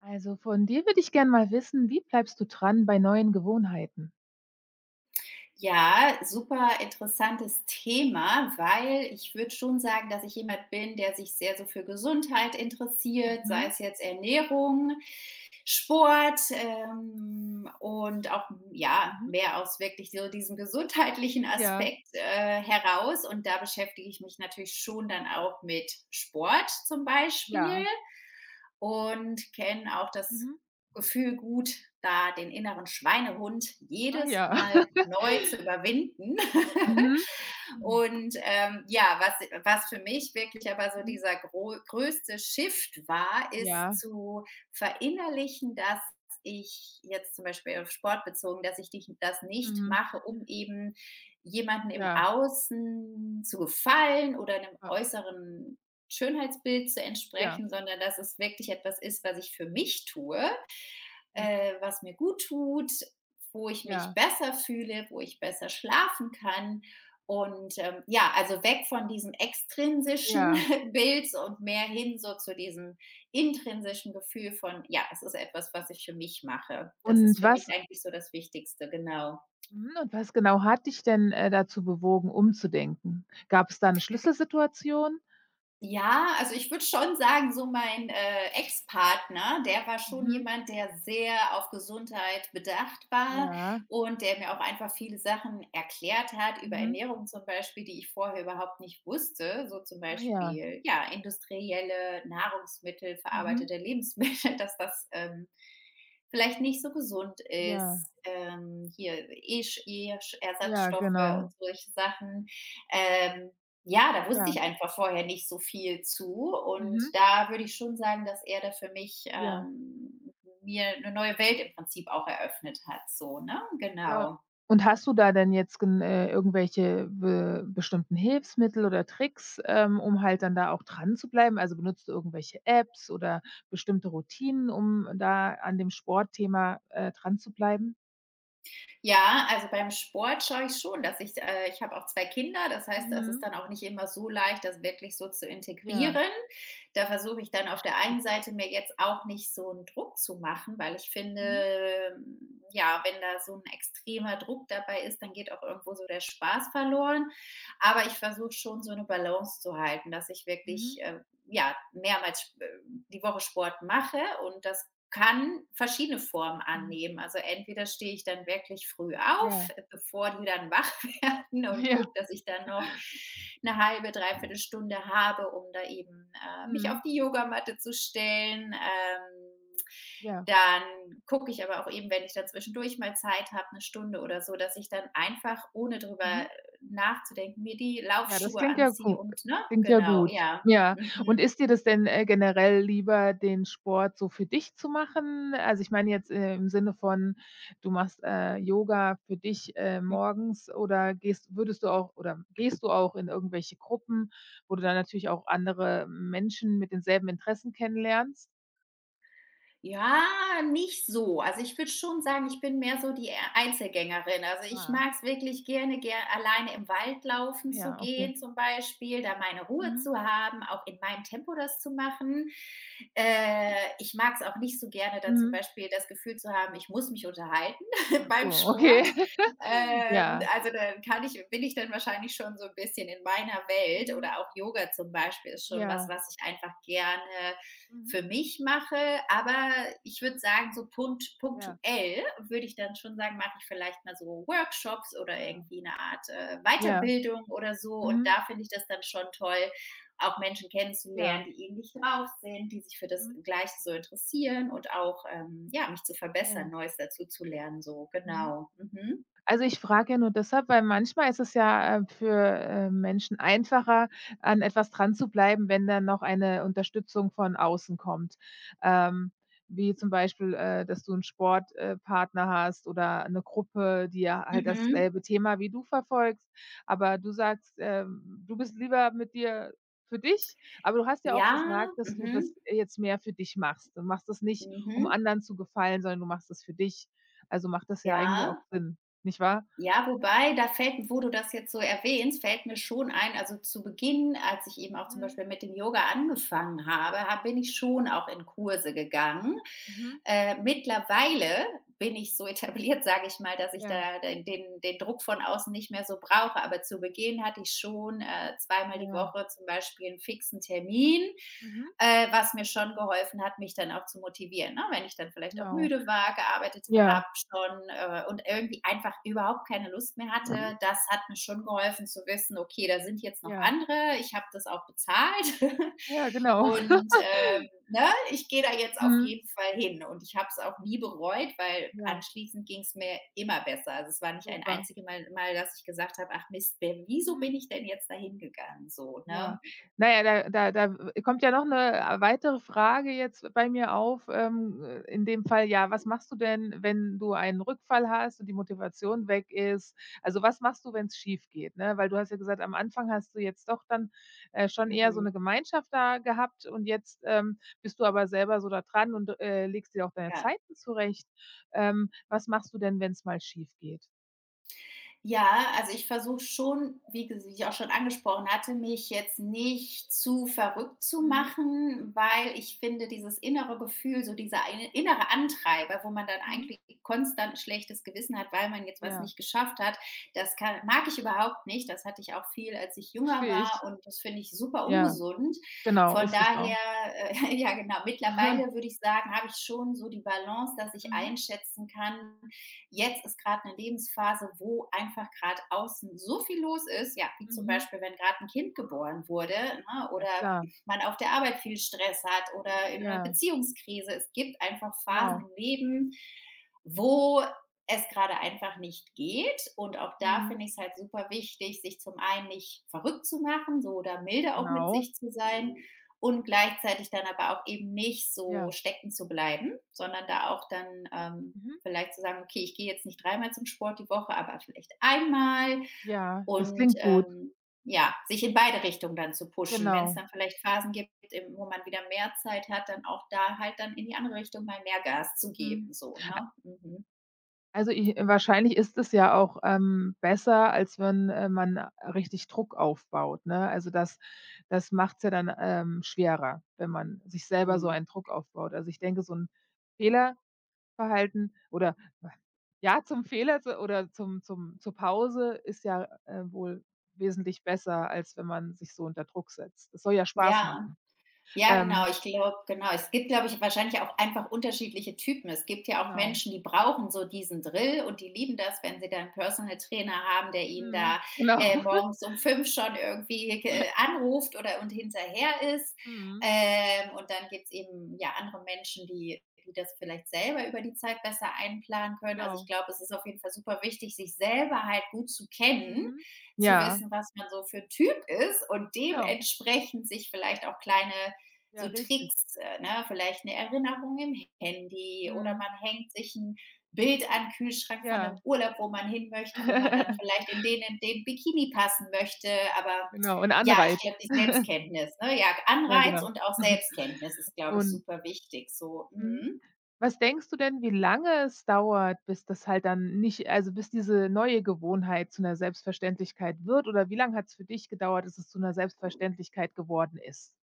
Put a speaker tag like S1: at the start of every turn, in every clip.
S1: Also von dir würde ich gerne mal wissen, wie bleibst du dran bei neuen Gewohnheiten?
S2: Ja, super interessantes Thema, weil ich würde schon sagen, dass ich jemand bin, der sich sehr so für Gesundheit interessiert, sei
S1: Mhm,
S2: es jetzt Ernährung, Sport, und auch, ja,
S1: mhm.
S2: mehr aus wirklich so diesem gesundheitlichen
S1: Ja,
S2: Aspekt, heraus. Und da beschäftige ich mich natürlich schon dann auch mit Sport zum Beispiel
S1: ja.
S2: und kennen auch das
S1: Mhm.
S2: Gefühl gut, da den inneren Schweinehund
S1: Ach
S2: jedes
S1: ja.
S2: Mal neu zu überwinden.
S1: Mhm. Mhm,
S2: Und ja, was für mich wirklich aber so
S1: mhm.
S2: dieser größte Shift war, ist
S1: Ja,
S2: zu verinnerlichen, dass ich jetzt zum Beispiel auf Sport bezogen, dass das nicht
S1: mhm,
S2: mache, um eben jemanden im
S1: ja,
S2: Außen zu gefallen oder einem
S1: äh,
S2: äußeren Schönheitsbild zu
S1: ja,
S2: entsprechen, sondern dass es wirklich etwas ist, was ich für mich tue,
S1: in
S2: was mir gut tut, wo ich mich
S1: ja,
S2: besser fühle, wo ich besser schlafen kann. Und ja, also weg von diesem extrinsischen
S1: ja.
S2: Bild und mehr hin so zu diesem intrinsischen Gefühl von, ja, es ist etwas, was ich für mich mache. Das ist
S1: Und
S2: für mich
S1: was
S2: eigentlich so das Wichtigste, genau.
S1: mhm, und was genau hat dich denn, dazu bewogen, umzudenken? Gab es da eine Schlüsselsituation?
S2: Ja, also ich würde schon sagen, so mein, Ex-Partner, der war schon
S1: Mhm,
S2: jemand, der sehr auf Gesundheit bedacht war
S1: ja,
S2: und der mir auch einfach viele Sachen erklärt hat über
S1: mhm.
S2: Ernährung zum Beispiel, die ich vorher überhaupt nicht wusste. So zum
S1: Ach ja,
S2: Beispiel, ja, industrielle Nahrungsmittel,
S1: mhm,
S2: verarbeitete Lebensmittel, dass das, vielleicht nicht so gesund
S1: ja,
S2: ist. Hier, E sch
S1: ja,
S2: Ersatzstoffe
S1: genau.
S2: und solche Sachen. Ähm, ja, da wusste
S1: Ja,
S2: ich einfach vorher nicht so viel zu
S1: mhm,
S2: und da würde ich schon sagen, dass er da für mich,
S1: ja.
S2: mir eine neue Welt im Prinzip auch eröffnet hat, so, ne?
S1: Ja,
S2: Genau.
S1: und hast du da denn jetzt gen irgendwelche be bestimmten Hilfsmittel oder Tricks, um halt dann da auch dran zu bleiben? Also, benutzt du irgendwelche Apps oder bestimmte Routinen, um da an dem Sportthema, dran zu bleiben?
S2: Ja, also, beim Sport schaue ich schon, dass ich ich habe auch 2 Kinder, das heißt, das ist
S1: Mhm.
S2: dann auch nicht immer so leicht, das wirklich so zu
S1: Ja,
S2: integrieren. Da versuche ich dann auf der
S1: verstehe.
S2: einen Seite mir jetzt auch nicht so einen Druck zu machen, weil ich
S1: Mhm.
S2: finde, ja, wenn da so ein extremer Druck dabei ist, dann geht auch irgendwo so der Spaß verloren. Aber ich versuche schon so eine Balance zu halten, dass ich
S1: Mhm.
S2: wirklich ja, mehrmals die Woche Sport mache und das kann verschiedene Formen
S1: Mhm.
S2: annehmen. Also entweder stehe ich dann wirklich früh
S1: Ja.
S2: auf, bevor die dann wach Karten und
S1: Ja.
S2: gucke, dass ich dann noch eine halbe, dreiviertel Stunde habe, um da eben mich
S1: Mhm.
S2: auf die Yogamatte zu stellen.
S1: Ja.
S2: Dann gucke ich aber auch eben, wenn ich da zwischendurch mal Zeit habe, eine Stunde oder so, dass ich dann einfach, ohne
S1: Mhm.
S2: drüber nachzudenken, mir die
S1: Ja, das
S2: Laufschuhe
S1: klingt ja
S2: anziehe
S1: gu
S2: und, ne?
S1: klingt ja
S2: Genau,
S1: gut.
S2: ja.
S1: Ja. Und
S2: Mhm.
S1: ist dir das denn, generell lieber, den Sport so für dich zu machen? Also, ich meine jetzt, im Sinne von, du machst, Yoga für dich, morgens oder gehst würdest du auch oder gehst du auch in irgendwelche Gruppen, wo du dann natürlich auch andere Menschen mit denselben Interessen kennenlernst?
S2: Ja, nicht so. Also, ich würde schon sagen, ich bin mehr so die Einzelgängerin. Also, ich
S1: Ah,
S2: mag's wirklich gerne ger alleine im Wald laufen zu
S1: ja, okay.
S2: gehen zum Beispiel, da meine Ruhe
S1: Mhm.
S2: zu haben, auch in meinem Tempo das zu machen. Äh, ich mag's auch nicht so gerne, da zum
S1: Mhm.
S2: Beispiel das Gefühl zu haben, ich muss mich unterhalten
S1: Ach so,
S2: beim
S1: okay.
S2: Sport.
S1: Ja.
S2: Also, dann kann ich bin ich dann wahrscheinlich schon so ein bisschen in meiner Welt
S1: Mhm.
S2: oder auch Yoga zum Beispiel ist schon was,
S1: Ja.
S2: was ich einfach gerne
S1: Mhm.
S2: für mich mache. Aber ich würde sagen, so
S1: Ja.
S2: punktuell würde ich dann schon sagen, mache ich vielleicht mal so Workshops oder
S1: Ah.
S2: irgendwie eine Art
S1: Ja.
S2: Weiterbildung oder so. Und
S1: Mhm.
S2: da finde ich das dann schon toll, auch Menschen kennenzulernen,
S1: Ja.
S2: die ähnlich drauf sind, die sich für das
S1: Mhm.
S2: Gleiche so interessieren und auch ja, mich zu
S1: Ja,
S2: verbessern, Neues dazu zu lernen. So,
S1: mhm.
S2: genau. Mhm.
S1: Also, ich frage ja nur deshalb, weil manchmal ist es ja, für, Menschen einfacher, an etwas dran zu bleiben, wenn dann noch eine Unterstützung von außen kommt. Ähm, wie zum Beispiel, dass du einen Sportpartner Partner hast oder eine Gruppe, die ja halt
S2: Mhm.
S1: dasselbe Thema wie du verfolgst. Aber du sagst, du bist lieber mit dir für dich, aber du hast ja auch
S2: Ja.
S1: gesagt, dass du das
S2: Mhm.
S1: jetzt mehr für dich machst. Du machst das nicht, um
S2: Mhm.
S1: anderen zu gefallen, sondern du machst das für dich. Also, macht das ja eigentlich auch
S2: Ja.
S1: Sinn. Nicht wahr?
S2: Ja, wobei, da fällt wo du das jetzt so erwähnst, fällt mir schon ein, also zu Beginn, als ich eben auch zum
S1: Mhm.
S2: Beispiel mit dem Yoga angefangen habe, ha bin ich schon auch in Kurse gegangen.
S1: Mhm.
S2: Mittlerweile bin ich so etabliert, sage ich mal, dass ich
S1: Ja,
S2: da den Druck von außen nicht mehr so brauche. Aber zu Beginn hatte ich schon zweimal die
S1: ja.
S2: Woche zum Beispiel einen fixen Termin,
S1: Mhm.
S2: was mir schon geholfen hat, mich dann auch zu motivieren. Ne? Wenn ich dann vielleicht auch
S1: Genau.
S2: müde war, gearbeitet
S1: Ja.
S2: habe schon und irgendwie einfach überhaupt keine Lust mehr
S1: Mhm.
S2: hatte, das hat mir schon geholfen zu wissen, okay, da sind jetzt noch
S1: Ja.
S2: andere, ich habe das auch bezahlt.
S1: Ja, genau.
S2: und ähm, Ne, ich gehe da jetzt auf
S1: Mhm.
S2: jeden Fall hin und ich habe es auch nie bereut, weil
S1: Ja,
S2: anschließend ging es mir immer besser. Also, es war nicht ein
S1: super.
S2: einziges Mal, dass ich gesagt habe: „Ach Mist, wer wieso
S1: Mhm.
S2: bin ich denn jetzt da hingegangen?“ So,
S1: Ja.
S2: ne?
S1: Na ja, da kommt ja noch 'ne weitere Frage jetzt bei mir auf, in dem Fall, ja, was machst du denn, wenn du einen Rückfall hast und die Motivation weg ist? Also, was machst du, wenn's schiefgeht, ne? Weil du hast ja gesagt, am Anfang hast du jetzt doch dann, schon eher so 'ne
S2: Mhm,
S1: Gemeinschaft da gehabt und jetzt, bist du aber selber so da dran und, legst dir auch deine
S2: ja.
S1: Zeiten zurecht. Was machst du denn, wenn's mal schiefgeht?
S2: Ja, also ich versuche schon, wie ges wie ich auch schon angesprochen hatte, mich jetzt nicht zu verrückt zu
S1: Mhm,
S2: machen, weil ich finde, dieses innere Gefühl, so dieser eine innere Antreiber, wo man dann
S1: mhm.
S2: eigentlich konstant ein schlechtes Gewissen hat, weil man jetzt was
S1: Ja,
S2: nicht geschafft hat, das kann mag ich überhaupt nicht. Das hatte ich auch viel, als ich jünger
S1: verstehe ich.
S2: war und das finde ich super
S1: Ja,
S2: ungesund.
S1: genau,
S2: Von
S1: ist das auch.
S2: daher, ja genau, mittlerweile würde ich sagen, habe ich schon so die Balance, dass ich
S1: Mhm,
S2: einschätzen kann. Jetzt ist gerade eine Lebensphase, wo einfach gerade außen so viel los ist, ja, wie zum
S1: mhm.
S2: Beispiel, wenn gerade ein Kind geboren wurde, ne,
S1: Ja
S2: oder
S1: klar.
S2: man auf der Arbeit viel Stress hat oder in einer
S1: Ja,
S2: Beziehungskrise. Es gibt einfach Phasen
S1: genau.
S2: im Leben, wo es gerade einfach nicht geht. Und auch da
S1: Mhm.
S2: finde ich es halt super wichtig, sich zum einen nicht verrückt zu machen, so, oder milde auch mit
S1: Genau.
S2: sich zu sein und gleichzeitig dann aber auch eben nicht so
S1: Ja.
S2: stecken zu bleiben, sondern da auch dann
S1: Mhm.
S2: vielleicht zu sagen, okay, ich gehe jetzt nicht dreimal zum Sport die Woche, aber vielleicht einmal,
S1: Ja, das
S2: und
S1: klingt gut.
S2: ähm, ja, sich in beide Richtungen dann zu pushen. Wenn es
S1: Genau.
S2: dann vielleicht Phasen gibt, wo man wieder mehr Zeit hat, dann auch da halt dann in die andere Richtung mal mehr Gas zu
S1: Mhm.
S2: geben, so, ne? Mhm.
S1: Also, ich wahrscheinlich ist es ja auch, besser, als wenn, man richtig Druck aufbaut, ne? Also, das macht's ja dann, schwerer, wenn man sich selber so
S2: Mhm.
S1: einen Druck aufbaut. Also, ich denke, so ein Fehlerverhalten oder ja, zum Fehler zu oder zum zum zur Pause ist ja, wohl wesentlich besser, als wenn man sich so unter Druck setzt. Es soll ja Spaß
S2: Ja.
S1: machen.
S2: Ja, genau.
S1: Ähm,
S2: Ich glaube, genau. Es gibt, glaube ich, wahrscheinlich auch einfach unterschiedliche Typen. Es gibt ja auch
S1: genau.
S2: Menschen, die brauchen so diesen Drill und die lieben das, wenn sie dann 'n Personal Trainer haben, der ihnen
S1: Mhm.
S2: da,
S1: Genau.
S2: morgens um 5 schon irgendwie ge
S1: Ja.
S2: anruft oder und hinterher ist.
S1: Mhm.
S2: Und dann gibt's eben, ja, andere Menschen, die das vielleicht selber über die Zeit besser einplanen können. Also, ich
S1: Genau.
S2: glaube, es ist auf jeden Fall super wichtig, sich selber halt gut zu kennen,
S1: Mhm.
S2: zu
S1: Ja,
S2: wissen, was man so für 'n Typ ist und
S1: genau.
S2: dementsprechend sich vielleicht auch kleine
S1: Ja,
S2: so
S1: richtig.
S2: Tricks, ne? Vielleicht eine Erinnerung im Handy, oder
S1: Mhm.
S2: man hängt sich ein Bild an den Kühlschrank von
S1: Ja.
S2: einem Urlaub, wo man hin möchte, wo man dann vielleicht in den Bikini passen möchte. Aber
S1: Genau. Und
S2: ja,
S1: Anreiz.
S2: ich glaube, die Selbstkenntnis, ne? Ja,
S1: Ja,
S2: Anreiz
S1: genau.
S2: und auch Selbstkenntnis ist, glaube ich,
S1: Und
S2: super wichtig so.
S1: mhm.
S2: Mhm.
S1: Was denkst du denn, wie lange es dauert, bis das halt dann nicht also, bis diese neue Gewohnheit zu 'ner Selbstverständlichkeit wird oder wie lang hat's für dich gedauert, dass es zu 'ner Selbstverständlichkeit geworden ist?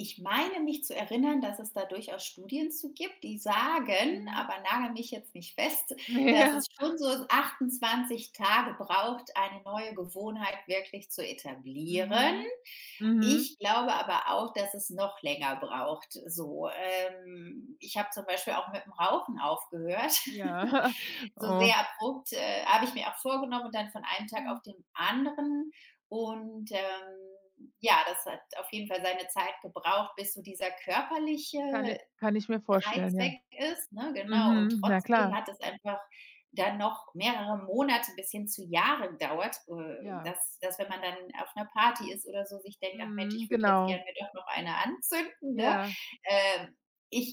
S2: Ich meine mich zu erinnern, dass es da durchaus Studien zu gibt, die sagen,
S1: Mhm.
S2: aber nagel mich jetzt nicht fest, dass
S1: Ja.
S2: es schon so 28 Tage braucht, eine neue Gewohnheit wirklich zu etablieren.
S1: Mhm. Mhm.
S2: Ich glaube aber auch, dass es noch länger braucht. So, ich habe zum Beispiel auch mit dem Rauchen aufgehört,
S1: Ja.
S2: so
S1: Oh.
S2: sehr abrupt habe ich mir auch vorgenommen, und dann von einem Tag
S1: Mhm.
S2: auf den anderen. Und ja, das hat auf jeden Fall seine Zeit gebraucht, bis so dieser
S1: Kann i
S2: körperliche
S1: kann ich mir vorstellen,
S2: Reiz
S1: ja.
S2: weg ist. Ne? Genau. Und
S1: Mhm. Na
S2: trotzdem
S1: klar.
S2: hat es einfach dann noch mehrere Monate bis hin zu Jahren dauert,
S1: Ja.
S2: dass, dass wenn man dann auf einer Party ist oder so, sich denkt, ach Mensch,
S1: Mhm,
S2: ich würde jetzt
S1: genau.
S2: gerne mir doch noch eine anzünden. Ne?
S1: Ja.
S2: Ähm,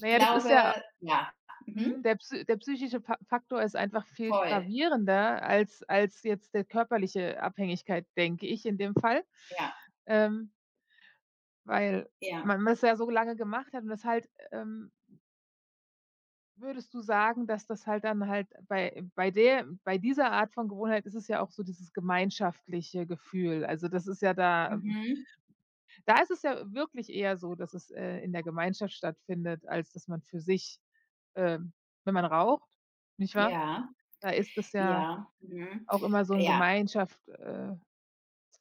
S1: Na ja, das ist
S2: glaube,
S1: ja
S2: ja, mhm,
S1: Mhm, der psychische Fa Faktor ist einfach viel
S2: voll.
S1: gravierender als jetzt der körperliche Abhängigkeit, denke ich in dem Fall.
S2: Ja,
S1: Ähm, weil
S2: ja.
S1: man das ja so lange gemacht hat und das halt würdest du sagen, dass das halt dann halt bei dieser Art von Gewohnheit ist es ja auch so dieses gemeinschaftliche Gefühl. Also, das ist ja
S2: Mhm.
S1: da ist es ja wirklich eher so, dass es, in der Gemeinschaft stattfindet, als dass man für sich, ähm wenn man raucht, nicht wahr?
S2: Ja,
S1: Da ist es ja
S2: ja, mhm.
S1: auch immer so 'n
S2: Ja,
S1: Gemeinschaft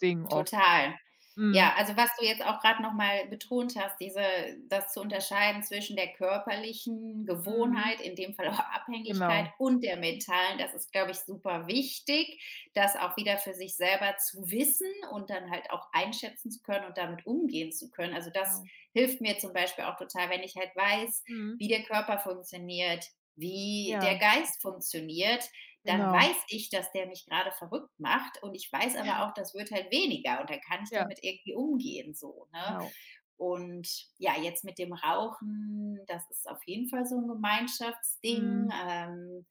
S1: Ding oft.
S2: total.
S1: Mhm.
S2: Ja, also was du jetzt auch gerade noch mal betont hast, diese das zu unterscheiden zwischen der körperlichen
S1: Mhm.
S2: Gewohnheit, in dem Fall auch Abhängigkeit,
S1: Genau,
S2: und der mentalen, das ist, glaube ich, super wichtig, das auch wieder für sich selber zu wissen und dann halt auch einschätzen zu können und damit umgehen zu können. Also, das
S1: genau.
S2: hilft mir zum Beispiel auch total, wenn ich halt weiß,
S1: Mhm.
S2: wie der Körper funktioniert, wie der
S1: Ja,
S2: Geist funktioniert, dann
S1: genau.
S2: weiß ich, dass der mich gerade verrückt macht und ich weiß aber auch, das wird halt weniger und dann kann ich
S1: Ja,
S2: damit irgendwie umgehen, so, ne?
S1: genau.
S2: Und ja, jetzt mit dem Rauchen, das ist auf jeden Fall so ein Gemeinschaftsding.
S1: Mhm.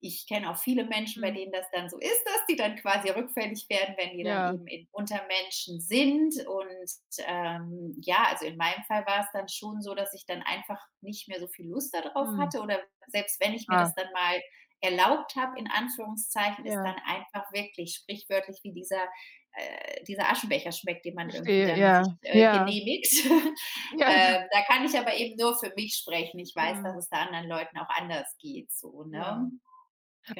S2: Ich kenne auch viele Menschen, bei
S1: Mhm.
S2: denen das dann so ist, dass die dann quasi rückfällig werden, wenn die dann
S1: Ja.
S2: eben in unter Menschen sind, und, ja, also in meinem Fall war es dann schon so, dass ich dann einfach nicht mehr so viel Lust darauf
S1: Mhm.
S2: hatte, oder selbst wenn ich mir
S1: Ah,
S2: das dann mal erlaubt habe, in Anführungszeichen, ist
S1: ja,
S2: dann einfach wirklich sprichwörtlich, wie dieser, dieser Aschenbecher schmeckt, den man irgendwie
S1: verstehe,
S2: dann sich
S1: ja, ja,
S2: genehmigt.
S1: ja,
S2: Da kann ich aber eben nur für mich sprechen. Ich weiß, dass
S1: mhm,
S2: es da anderen Leuten auch anders geht, so, ne?
S1: ja.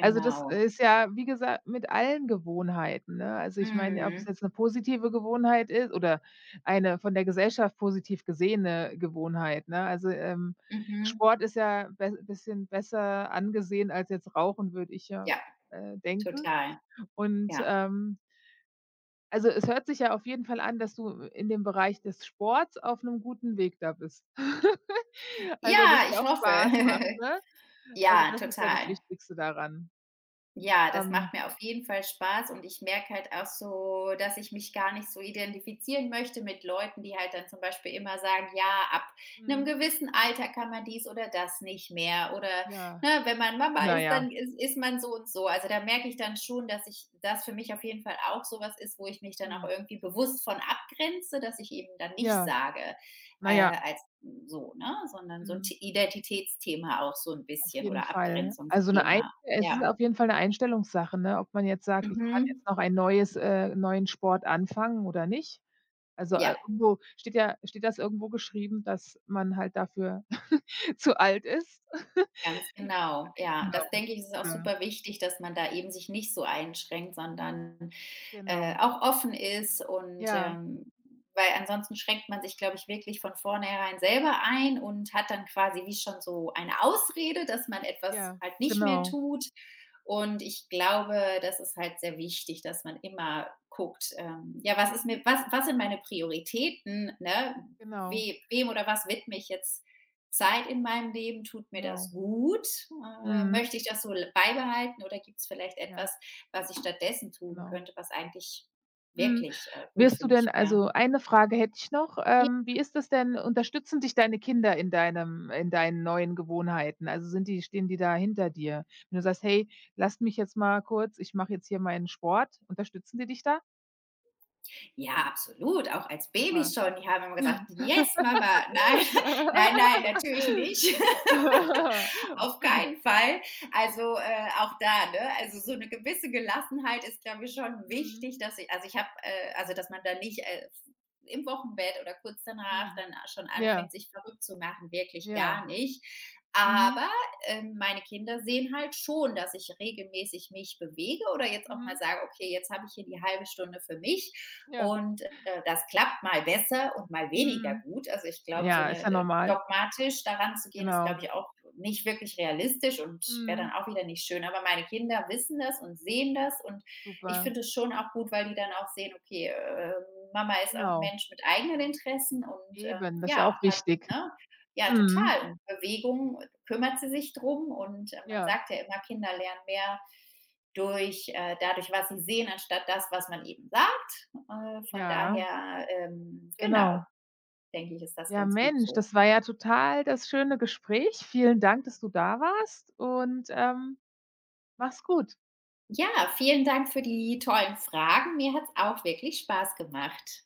S1: Also, das ist ja, wie gesagt, mit allen Gewohnheiten, ne? Also, ich meine, ob es
S2: Mhm.
S1: jetzt eine positive Gewohnheit ist oder eine von der Gesellschaft positiv gesehene Gewohnheit, ne? Also,
S2: Mhm.
S1: Sport ist ja be bisschen besser angesehen als jetzt Rauchen, würde ich ja,
S2: Ja,
S1: denken.
S2: total.
S1: Und,
S2: Ja.
S1: also, es hört sich ja auf jeden Fall an, dass du in dem Bereich des Sports auf 'nem guten Weg da bist. Also, dass
S2: Ja,
S1: dir
S2: ich
S1: auch Spaß macht,
S2: hoffe.
S1: ne? Also,
S2: Ja,
S1: das ist ja das
S2: total.
S1: Wichtigste daran.
S2: Ja, das
S1: Ähm
S2: macht mir auf jeden Fall Spaß und ich merke halt auch so, dass ich mich gar nicht so identifizieren möchte mit Leuten, die halt dann zum Beispiel immer sagen: „Ja, ab einem
S1: Mhm.
S2: gewissen Alter kann man dies oder das nicht mehr“, oder,
S1: Ja,
S2: ne, „wenn man Mama
S1: na
S2: ist,
S1: ja.
S2: dann ist man so und so.“ Also, da merke ich dann schon, dass ich das für mich auf jeden Fall auch sowas ist, wo ich mich dann auch
S1: Mhm.
S2: irgendwie bewusst von abgrenze, dass ich eben dann nicht
S1: Ja,
S2: sage,
S1: na ja,
S2: als so, ne? Sondern so ein
S1: mhm,
S2: T Identitätsthema auch so ein
S1: auf
S2: bisschen,
S1: jeden
S2: oder
S1: Fall. Also 'ne Einst
S2: Abgrenzungsthema.
S1: es
S2: Ja.
S1: ist auf jeden Fall 'ne Einstellungssache, ne, ob man jetzt sagt: „Ich kann
S2: Mhm.
S1: jetzt noch ein neues neuen Sport anfangen oder nicht.“ Also,
S2: Ja,
S1: irgendwo steht das irgendwo geschrieben, dass man halt dafür zu alt ist?
S2: ganz genau. Ja,
S1: Genau,
S2: das denke ich, ist auch
S1: oder
S2: super wichtig, dass man da eben sich nicht so einschränkt, sondern
S1: genau.
S2: auch offen ist, und
S1: Ja,
S2: weil ansonsten schränkt man sich, glaube ich, wirklich von vornherein selber ein und hat dann quasi wie schon so eine Ausrede, dass man etwas
S1: ja,
S2: halt nicht mehr
S1: genau.
S2: tut. Und ich glaube, das ist halt sehr wichtig, dass man immer guckt, ja, was ist mir,
S1: Mhm,
S2: was, was sind meine Prioritäten, ne?
S1: genau,
S2: Wem oder was widme ich jetzt Zeit in meinem Leben? Tut mir das
S1: genau.
S2: gut?
S1: Mhm,
S2: Möchte ich das so beibehalten, oder gibt es vielleicht
S1: ja,
S2: etwas, was ich stattdessen tun
S1: genau.
S2: könnte, was eigentlich
S1: Mhm.
S2: wirklich gut
S1: Wirst
S2: für
S1: du denn
S2: mich wäre.
S1: also, eine Frage hätte ich noch. Wie ist das denn? Unterstützen dich deine Kinder in deinem in deinen neuen Gewohnheiten? Also, sind die stehen die da hinter dir? Wenn du sagst: „Hey, lasst mich jetzt mal kurz, ich mache jetzt hier meinen Sport.“ Unterstützen die dich da?
S2: Ja, absolut, auch als Baby
S1: Super.
S2: schon. Die haben immer gesagt: „Yes, Mama.“ Nein, nein, nein, natürlich nicht. Auf keinen Fall. Also, auch da, ne? Also, so eine gewisse Gelassenheit ist, glaube ich, schon
S1: Mhm,
S2: wichtig, dass ich also, dass man da nicht, im Wochenbett oder kurz danach
S1: mhm.
S2: dann schon
S1: Ja,
S2: anfängt, sich verrückt zu machen, wirklich
S1: ja.
S2: gar nicht.
S1: Mhm,
S2: Aber meine Kinder sehen halt schon, dass ich regelmäßig mich bewege oder jetzt auch mal
S1: mhm.
S2: sage, okay, jetzt habe ich hier die halbe Stunde für mich
S1: Ja.
S2: und das klappt mal besser und mal weniger
S1: Mhm.
S2: gut. Also ich
S1: Mhm.
S2: glaube, so
S1: Ja, ist ja
S2: eine
S1: normal.
S2: dogmatisch daran zu gehen, ist,
S1: Genau.
S2: glaube ich, auch nicht wirklich realistisch und wäre dann
S1: Mhm.
S2: auch wieder nicht schön. Aber meine Kinder wissen das und sehen das und ich
S1: Super,
S2: finde es schon auch gut, weil die dann auch sehen, okay, Mama ist auch ein
S1: genau.
S2: Mensch mit eigenen Interessen, und
S1: Eben, das ist ja
S2: ja,
S1: auch
S2: auch gerade,
S1: wichtig.
S2: ne? Ja,
S1: Mhm.
S2: total. Und Bewegung kümmert sie sich drum, und man
S1: Ja,
S2: sagt ja immer, Kinder lernen mehr durch dadurch, was sie sehen, anstatt das, was man eben sagt. Von
S1: ja,
S2: daher, genau,
S1: genau.
S2: denke ich, ist das
S1: Ja,
S2: ganz gut
S1: Mensch,
S2: so.
S1: das war ja total das schöne Gespräch. Vielen Dank, dass du da warst und, mach's gut.
S2: Ja, vielen Dank für die tollen Fragen. Mir hat es auch wirklich Spaß gemacht.